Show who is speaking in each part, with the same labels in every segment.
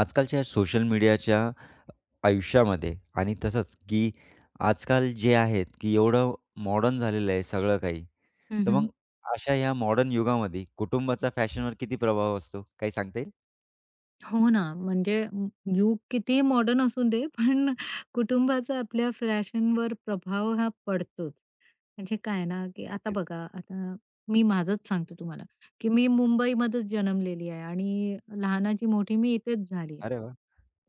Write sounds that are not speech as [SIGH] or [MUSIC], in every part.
Speaker 1: आजकालच्या या सोशल मीडियाच्या आयुष्यामध्ये आणि तसंच की आजकाल जे आहेत की एवढं मॉडर्न झालेलं आहे सगळं काही. तर
Speaker 2: हं,
Speaker 1: मग अशा या मॉडर्न युगामध्ये कुटुंबाचा फॅशनवर किती प्रभाव असतो? काही सांगता येईल?
Speaker 2: हो ना, म्हणजे युग कितीही मॉडर्न असू दे, पण कुटुंबाचा आपल्या फॅशनवर प्रभाव हा पडतोच. म्हणजे काय ना, की आता
Speaker 1: नक्कीच.
Speaker 2: बघा, आता मी माझंच सांगते तुम्हाला, की मी मुंबईमध्येच जन्मलेली आहे आणि लहानाची मोठी मी इथेच झाली आहे.
Speaker 1: अरे वाह!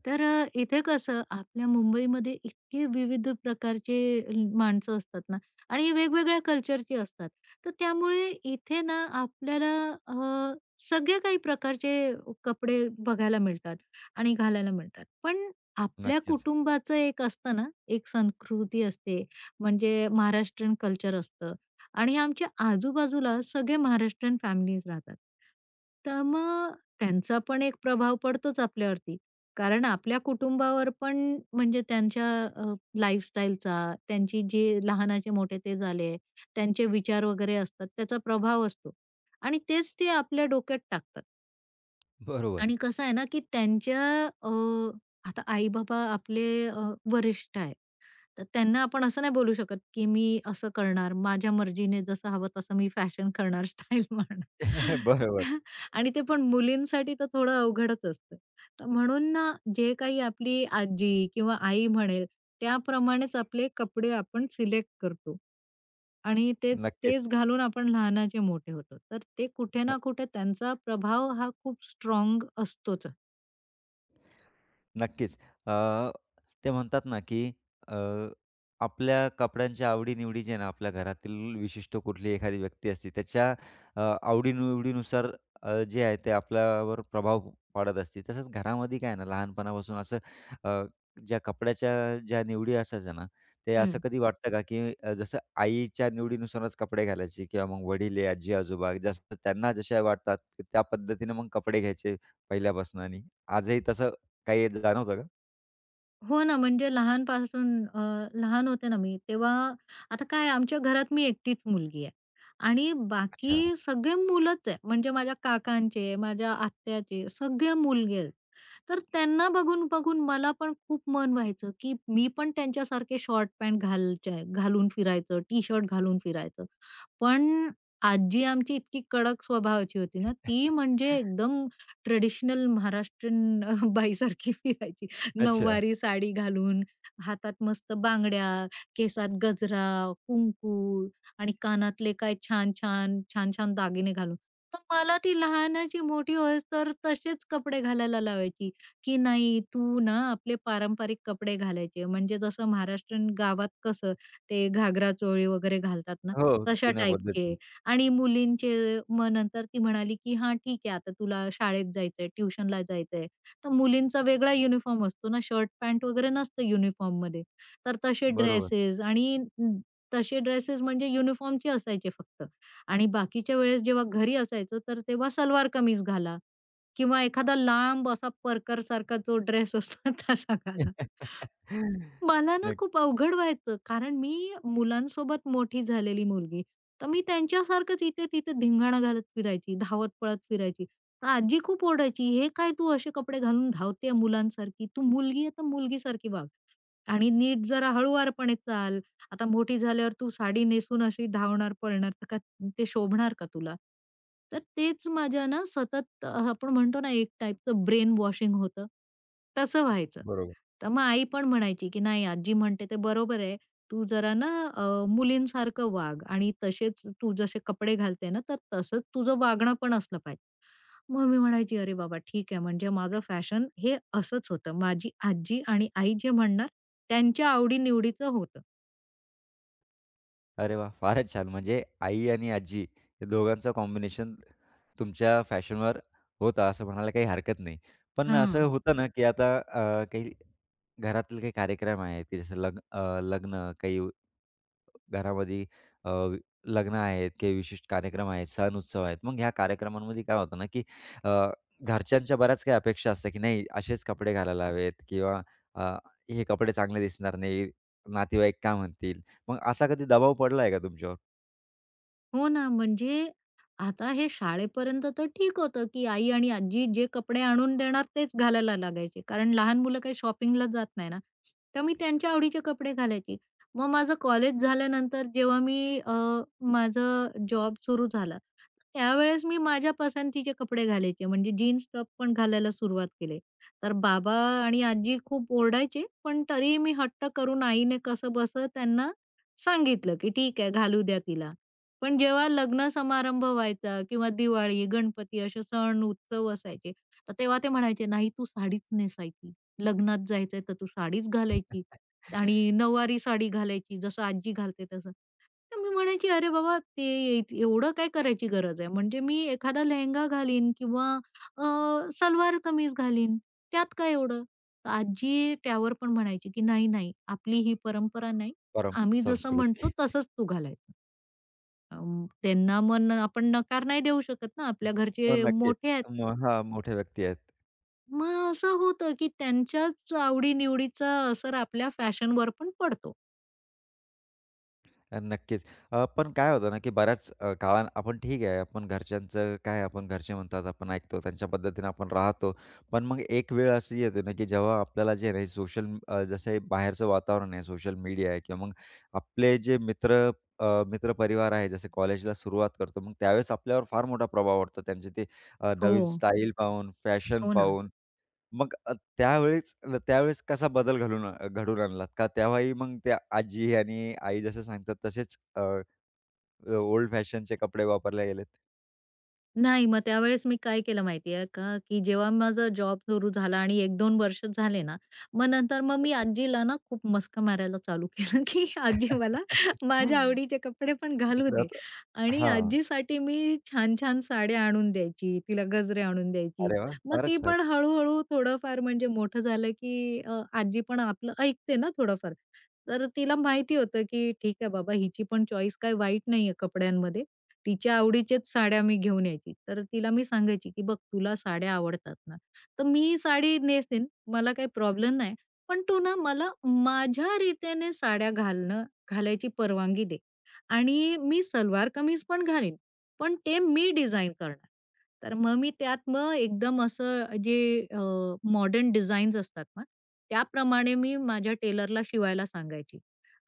Speaker 2: तर इथे कसं आपल्या मुंबईमध्ये इतके विविध प्रकारचे माणसं असतात ना आणि वेगवेगळ्या कल्चरची असतात. तर त्यामुळे इथे ना आपल्याला सगळे काही प्रकारचे कपडे बघायला मिळतात आणि घालायला मिळतात. पण आपल्या
Speaker 1: नक्कीच.
Speaker 2: कुटुंबाचं एक असतं ना, एक संस्कृती असते, म्हणजे महाराष्ट्रीयन कल्चर असतं आणि आमच्या आजूबाजूला सगळे महाराष्ट्रीयन फॅमिलीज राहतात. तर मग त्यांचा पण एक प्रभाव पडतोच आपल्यावरती. कारण आपल्या कुटुंबावर पण म्हणजे त्यांच्या अ, लाईफस्टाईलचा, त्यांची जे लहानाचे मोठे ते झाले, त्यांचे विचार वगैरे असतात त्याचा प्रभाव असतो. आणि तेच ते आपल्या डोक्यात टाकतात.
Speaker 1: बरोबर.
Speaker 2: आणि कसं आहे ना, की अ, आता आई-बाबा आपले वरिष्ठ आहेत. तर त्यांना आपण असं नाही बोलू शकत, की मी असं करणार, माझ्या मर्जीने जसं हवं तसं मी फॅशन करणार, स्टाईल मारणार.
Speaker 1: [LAUGHS] बरोबर.
Speaker 2: [LAUGHS] आणि ते पण मुलींसाठी तर थोडं अवघडच असतं. तर म्हणून ना, जे काही आपली आजी किंवा आई म्हणेल त्याप्रमाणेच आपले कपडे आपण सिलेक्ट करतो. आणि तेच
Speaker 1: नक्कीच.
Speaker 2: घालून आपण लहानाचे मोठे होतो. तर ते कुठे ना कुठे त्यांचा प्रभाव हा खूप स्ट्रॉंग असतोच.
Speaker 1: नक्कीच. अ, ते म्हणतात ना, की अ, आपल्या कपड्यांच्या आवडी-निवडी जे आहे ना, आपल्या घरातील विशिष्ट कुठली एखादी व्यक्ती असते, त्याच्या आवडी-निवडीनुसार जे आहे ते आपल्यावर प्रभाव पाडत असते. तसंच घरामध्ये काय आहे ना, लहानपणापासून असं अ, ज्या कपड्याच्या ज्या निवडी असायच्या ना, ते असं
Speaker 2: हं.
Speaker 1: कधी वाटतं का, की जसं आईच्या निवडीनुसारच कपडे घालायचे किंवा मग वडील आहे, आजी-आजोबा जसं त्यांना जशा वाटतात, त्या पद्धतीने मग कपडे घ्यायचे पहिल्यापासून आणि आजही तसं काही जाणवतं का?
Speaker 2: हो ना, म्हणजे लहान होते ना मी तेव्हा आता काय आमच्या घरात मी एकटीच मुलगी आहे आणि
Speaker 1: अच्छा.
Speaker 2: बाकी सगळे मुलंच आहे. म्हणजे माझ्या काकांचे, माझ्या आत्याचे सगळे मुलगे आहेत. तर त्यांना बघून-बघून मला पण खूप मन व्हायचं, की मी पण त्यांच्यासारखे शॉर्ट पॅन्ट घालच्या घालून फिरायचं, टी-शर्ट घालून फिरायचं. पण आजी आमची इतकी कडक स्वभावाची होती ना, ती
Speaker 1: [LAUGHS]
Speaker 2: म्हणजे एकदम ट्रेडिशनल महाराष्ट्रीयन [LAUGHS] बाईसारखी फिरायची.
Speaker 1: अच्छा.
Speaker 2: नऊवारी साडी घालून, हातात मस्त बांगड्या, केसात गजरा, कुंकू आणि कानातले काय छान-छान, छान-छान दागिने घालून. तर मला ती लहानाची मोठी होईस तर तसेच कपडे घालायला लावायची, की "नाही, तू ना आपले पारंपरिक कपडे घालायचे." म्हणजे जसं महाराष्ट्रीयन गावात कसं ते घागरा-चोळी वगैरे घालतात ना,
Speaker 1: हो,
Speaker 2: तशा
Speaker 1: जुन्या पद्धतीने.
Speaker 2: टाईपचे आणि मुलींचे मग नंतर ती म्हणाली, की "हां, ठीक आहे आता तुला शाळेत जायचंय, ट्युशनला जायचंय." तर मुलींचा वेगळा युनिफॉर्म असतो ना, शर्ट, पॅन्ट वगैरे नसतं युनिफॉर्ममध्ये. तर तसे
Speaker 1: बरोबर.
Speaker 2: ड्रेसेस तसे ड्रेसेस म्हणजे युनिफॉर्मचे असायचे फक्त आणि बाकीच्या वेळेस जेव्हा घरी असायचो, तर तेव्हा सलवार कमीज घाला किंवा एखादा लांब असा परकरसारखा जो ड्रेस असतो [LAUGHS] तसा घाला.
Speaker 1: [LAUGHS]
Speaker 2: मला ना
Speaker 1: नाही,
Speaker 2: खूप अवघड व्हायचं, कारण मी मुलांसोबत मोठी झालेली मुलगी. तर मी त्यांच्यासारखंच इथे-तिथे धिंगाणा घालत फिरायची, धावत-पळत फिरायची. तर आजी खूप ओरडायची, "हे काय तू असे कपडे घालून धावते आहे मुलांसारखी? तू मुलगी आहे तर मुलगीसारखी वाग आणि नीट जरा हळूवारपणे चाल. आता मोठी झाल्यावर तू साडी नेसून अशी धावणार, पळणार तर का ते शोभणार का तुला?" तर तेच माझ्या ना सतत आपण म्हणतो ना एक टाइपचं ब्रेन वॉशिंग होतं, तसं व्हायचं.
Speaker 1: बरोबर.
Speaker 2: तर मग आई पण म्हणायची, की "नाही आजी म्हणते ते बरोबर आहे. तू जरा ना अ, मुलींसारखं वाग आणि तसेच तू जसे कपडे घालते ना, तर तसंच तुझं वागणं पण असलं पाहिजे." मग मी म्हणायची, "अरे बाबा ठीक आहे." म्हणजे माझं फॅशन हे असंच होतं. माझी आजी आणि आई जे म्हणणार त्यांच्या आवडी होतं.
Speaker 1: अरे वाह! फारच छान. म्हणजे आई आणि आजी या दोघांचं कॉम्बिनेशन तुमच्या फॅशनवर होता असं म्हणायला काही हरकत नाही. पण असं
Speaker 2: हां.
Speaker 1: होतं ना, की आता काही घरातील काही कार्यक्रम आहेत, की जसं लग्न लग्न काही घरामध्ये अ, वि- लग्न आहेत काही विशिष्ट कार्यक्रम आहेत, सण-उत्सव आहेत. मग ह्या कार्यक्रमांमध्ये काय होतं ना, की अ, घरच्यांच्या बऱ्याच काही अपेक्षा असतात, की नाही असेच कपडे घालायला हवेत किंवा अ, हे कपडे चांगले दिसणार नाही, नातेवाईक काय म्हणतील? मग असा कधी दबाव पडला आहे का तुमच्यावर?
Speaker 2: हो ना, म्हणजे आता हे शाळेपर्यंत तर ठीक होतं, की आई आणि आजी जे कपडे आणून देणार तेच घालायला लागायचे. कारण लहान मुलं काही शॉपिंगला जात नाही ना, तर मी त्यांच्या आवडीचे कपडे घालायची. मग माझं कॉलेज झाल्यानंतर जेव्हा माझं जॉब सुरू झाला, त्यावेळेस मी माझ्या पसंतीचे कपडे घालायचे. म्हणजे जीन्स टॉप पण घालायला सुरुवात केली. तर बाबा आणि आजी खूप ओरडायचे, पण तरीही मी हट्ट करून आईने कसंबसं त्यांना सांगितलं, की ठीक आहे घालू द्या तिला. पण जेव्हा लग्न समारंभ व्हायचा किंवा दिवाळी, गणपती असे सण उत्सव असायचे, तर तेव्हा ते म्हणायचे, "नाही तू साडीच नेसायची. लग्नात जायचंय तर तू साडीच घालायची आणि नऊवारी साडी घालायची जसं आजी घालते तसं." तर मी म्हणायची, "अरे बाबा ते एवढं काय करायची गरज आहे? म्हणजे मी एखादा लेहेंगा घालीन किंवा अ, सलवार कमीज घालीन, त्यात काय एवढं?" तर आजी त्यावर पण म्हणायची, की "नाही, नाही, आपली ही परंपरा नाही.
Speaker 1: परम
Speaker 2: आम्ही जसं म्हणतो
Speaker 1: संस्कृती.
Speaker 2: तसंच तू घालायचं." त्यांना मग आपण नकार नाही देऊ शकत ना, आपल्या
Speaker 1: हो,
Speaker 2: घरचे
Speaker 1: नक्कीच.
Speaker 2: मोठे आहेत ते.
Speaker 1: मग हां, मोठ्या व्यक्ती आहेत.
Speaker 2: मग असं होतं की त्यांच्याच आवडी-निवडीचा असर आपल्या फॅशनवर पण पडतो.
Speaker 1: नक्कीच. पण काय होतं ना, की बऱ्याच काळानं आपण ठीक आहे, आपण घरच्यांचं काय आपण घरचे म्हणतात, आपण ऐकतो, त्यांच्या पद्धतीनं आपण राहतो. पण मग एक वेळ अशी येते ना, की जेव्हा आपल्याला जे आहे सोशल जसं हे बाहेरचं वातावरण आहे, सोशल मीडिया आहे किंवा मग आपले जे मित्र मित्रपरिवार आहे, जसे कॉलेजला सुरुवात करतो, मग त्यावेळेस आपल्यावर फार मोठा प्रभाव पडतो. त्यांचे ते
Speaker 2: हो,
Speaker 1: नवीन स्टाईल पाहून, फॅशन
Speaker 2: हो ना.
Speaker 1: पाहून मग अ, त्यावेळेस त्यावेळेस कसा बदल घडवून आणलात का? तेव्हाही मग त्या आजी आणि आई जसं सांगतात तसेच ओल्ड फॅशनचे कपडे वापरले गेलेत?
Speaker 2: नाही, मग त्यावेळेस मी काय केलं माहिती का, की जेव्हा माझा जॉब सुरू झाला आणि 1-2 वर्ष झाले ना, मग नंतर मग मी
Speaker 1: अच्छा.
Speaker 2: आजीला ना खूप मस्का मारायला चालू केलं, [LAUGHS] की आजी मला माझ्या आवडीचे कपडे पण
Speaker 1: [LAUGHS]
Speaker 2: घालू दे.
Speaker 1: तर
Speaker 2: आणि
Speaker 1: हां.
Speaker 2: आजीसाठी मी छान-छान साड्या आणून द्यायची, तिला गजरे आणून द्यायची.
Speaker 1: अरे वाह!
Speaker 2: मग
Speaker 1: फारच
Speaker 2: ती
Speaker 1: छान,
Speaker 2: पण हळू थोडंफार म्हणजे मोठं झालं, की आजी पण आपलं ऐकते ना थोडंफार. तर तिला माहिती होतं, की ठीक आहे बाबा हिची पण चॉईस काही वाईट नाहीये कपड्यांमध्ये. तिच्या आवडीच्याच साड्या मी घेऊन यायची. तर तिला मी सांगायची, की "बघ तुला साड्या आवडतात ना, तर मी ही साडी नेसेन, मला काही प्रॉब्लेम नाही. पण तू ना मला माझ्या रीतीने साड्या घालणं घालायची परवानगी दे आणि मी सलवार कमीज पण घालीन, पण ते मी डिझाइन करणार." तर मग मी त्यात मग एकदम असं जे मॉडर्न डिझाईन्स असतात ना, त्याप्रमाणे मी माझ्या टेलरला शिवायला सांगायची.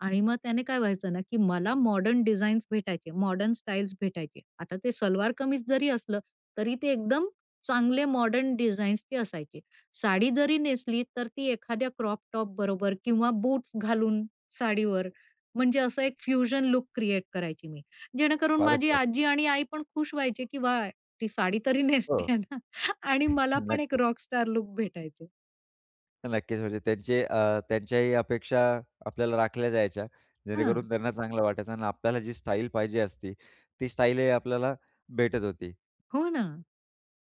Speaker 2: आणि मग त्याने काय व्हायचं ना, की मला मॉडर्न डिझाईन्स भेटायचे, मॉडर्न स्टाईल्स भेटायचे. आता ते सलवार कमीज जरी असलं, तरी ते एकदम चांगले मॉडर्न डिझाईन्सचे असायचे. साडी जरी नेसली, तर ती एखाद्या क्रॉप टॉप बरोबर किंवा बूट्स घालून साडीवर, म्हणजे असं एक फ्युजन लूक क्रिएट करायची मी. जेणेकरून
Speaker 1: फारच
Speaker 2: माझी
Speaker 1: छान.
Speaker 2: आजी आणि आई पण खुश व्हायची, की "वाह! ती साडी तरी
Speaker 1: हो.
Speaker 2: नेसतेय ना" [LAUGHS] आणि मला पण एक
Speaker 1: नक्की.
Speaker 2: रॉकस्टार लूक भेटायचं.
Speaker 1: नक्कीच म्हणजे त्यांचे त्यांच्याही अपेक्षा आपल्याला राखल्या जायच्या,
Speaker 2: हां.
Speaker 1: जेणेकरून त्यांना चांगलं वाटायचं आणि आपल्याला जी स्टाईल पाहिजे असती, ती स्टाईलही आपल्याला भेटत होती.
Speaker 2: हो ना.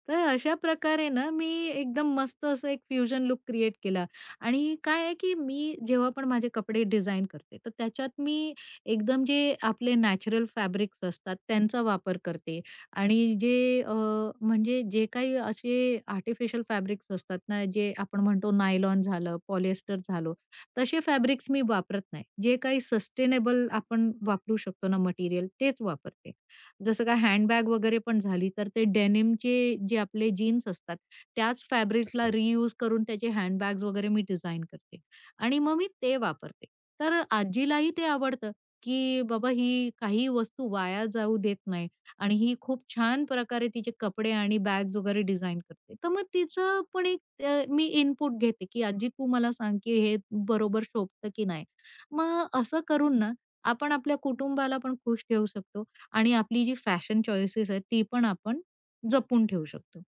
Speaker 2: तर अशा प्रकारे ना, मी एकदम मस्त असं एक फ्युजन लुक क्रिएट केला आणि काय आहे, की मी जेव्हा पण माझे कपडे डिझाइन करते, तर त्याच्यात मी एकदम जे आपले नॅचरल फॅब्रिक्स असतात, त्यांचा वापर करते आणि अ, म्हणजे जे काही असे आर्टिफिशियल फॅब्रिक्स असतात ना, जे आपण म्हणतो नायलॉन झालं, पॉलिएस्टर झालं, तसे फॅब्रिक्स मी वापरत नाही. जे काही सस्टेनेबल आपण वापरू शकतो ना मटेरियल, तेच वापरते. जसं का हँडबॅग वगैरे पण झाली, तर ते डेनिमचे जे आपले जीन्स असतात, त्याच फॅब्रिकला रियूज करून त्याचे हँडबॅग्स वगैरे मी डिझाइन करते आणि मग मी ते वापरते. तर आजीलाही ते आवडतं, की बाबा ही काही वस्तू वाया जाऊ देत नाही आणि ही खूप छान प्रकारे तिचे कपडे आणि बॅग्स वगैरे डिझाइन करते. तर मग तिचं पण मी इनपुट घेते, की "आजी तू मला सांग, की हे बरोबर शोभतं की नाही?" मग असं करून ना, आपण आपल्या कुटुंबाला पण खुश ठेवू शकतो आणि आपली जी फॅशन चॉईसेस आहेत, ती पण आपण जपून ठेवू शकतो.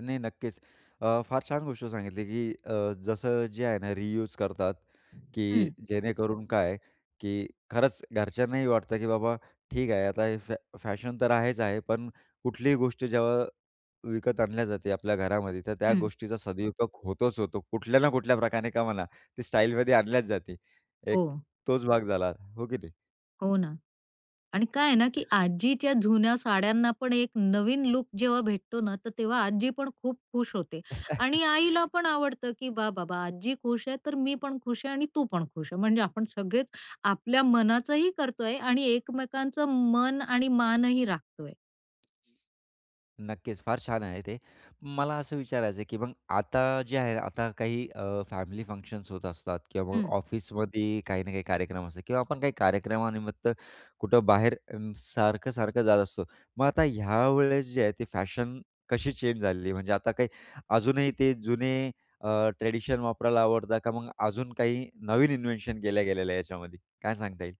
Speaker 1: नाही, नक्कीच. फार छान गोष्ट सांगितली, की जसं जे आहे ना रियूज करतात, की
Speaker 2: हं,
Speaker 1: जेणेकरून काय, की खरंच घरच्यांनाही वाटतं, की बाबा ठीक आहे, आता हे फॅ फॅशन तर आहेच आहे, पण कुठलीही गोष्ट जेव्हा विकत आणल्या जाते आपल्या घरामध्ये, तर त्या
Speaker 2: हं.
Speaker 1: गोष्टीचा सदुपयोग होतोच होतो. कुठल्या ना कुठल्या प्रकारे का म्हणा, ती स्टाईलमध्ये आणल्याच जाते. एक
Speaker 2: हो,
Speaker 1: तोच भाग झाला, हो की नाही?
Speaker 2: हो ना. आणि काय आहे ना, की आजीच्या जुन्या साड्यांना पण एक नवीन लुक जेव्हा भेटतो ना, तर तेव्हा आजी पण खूप खुश होते. आणि
Speaker 1: [LAUGHS]
Speaker 2: आईला पण आवडतं, की "वाह बाबा! आजी खुश आहे, तर मी पण खुश आहे आणि तू पण खुश आहे." म्हणजे आपण सगळेच आपल्या मनाचंही करतोय आणि एकमेकांचं मन आणि मानही राखतोय.
Speaker 1: नक्कीच, फार छान आहे ते. मला असं विचारायचं आहे, की मग आता जे आहे ना, आता काही फॅमिली फंक्शन्स होत असतात किंवा मग ऑफिसमध्ये काही ना काही कार्यक्रम असतात किंवा आपण काही कार्यक्रमानिमित्त कुठं बाहेर सारखं-सारखं जात असतो. मग आता ह्यावेळेस जे आहे ती फॅशन कशी चेंज झालेली? म्हणजे आता काही अजूनही ते जुने ट्रेडिशन वापरायला आवडतं का मग अजून काही नवीन इन्व्हेन्शन केल्या गेलेलं आहे याच्यामध्ये? काय सांगता येईल?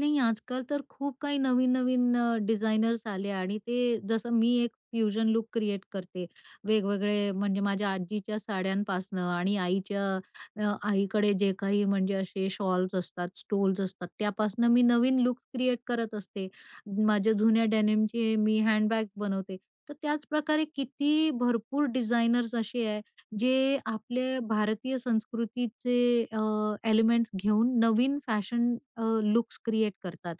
Speaker 2: नाही, आजकाल तर खूप काही नवीन-नवीन डिझायनर्स आले आणि ते जसं मी एक फ्युजन लुक क्रिएट करते. वेगवेगळे म्हणजे माझ्या आजीच्या साड्यांपासनं आणि आईकडे जे काही म्हणजे असे शॉल्स असतात, स्टोल्स असतात, त्यापासनं मी नवीन लुक क्रिएट करत असते. माझ्या जुन्या डेनिमचे मी हँडबॅग्स बनवते. तर त्याच प्रकारे किती भरपूर डिझायनर्स असे आहे, जे आपले भारतीय संस्कृतीचे एलिमेंट्स घेऊन नवीन फॅशन लुक्स क्रिएट करतात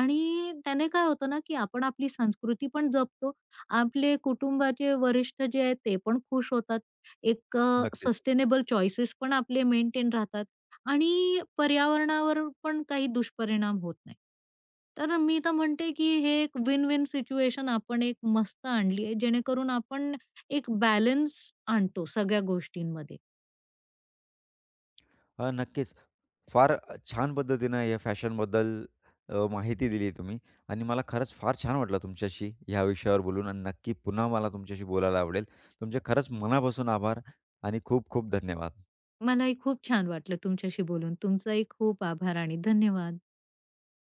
Speaker 2: आणि त्याने काय होतं ना, की आपण आपली संस्कृती पण जपतो. आपले कुटुंबाचे वरिष्ठ जे आहेत ते पण खुश होतात. एक
Speaker 1: नक्कीच.
Speaker 2: सस्टेनेबल चॉईसेस पण आपले मेंटेन राहतात आणि पर्यावरणावर पण काही दुष्परिणाम होत नाही. तर मी तर म्हणते, की हे एक विन-विन सिच्युएशन आपण एक मस्त आणली आहे, जेणेकरून आपण एक बॅलन्स आणतो सगळ्या गोष्टींमध्ये.
Speaker 1: नक्कीच. फार छान पद्धतीनं या फॅशनबद्दल माहिती दिली तुम्ही आणि मला खरंच फार छान वाटलं तुमच्याशी ह्या विषयावर बोलून आणि नक्की पुन्हा मला तुमच्याशी बोलायला आवडेल. तुमचे खरंच मनापासून आभार आणि खूप खूप धन्यवाद.
Speaker 2: मलाही खूप छान वाटलं तुमच्याशी बोलून. तुमचाही खूप आभार आणि धन्यवाद.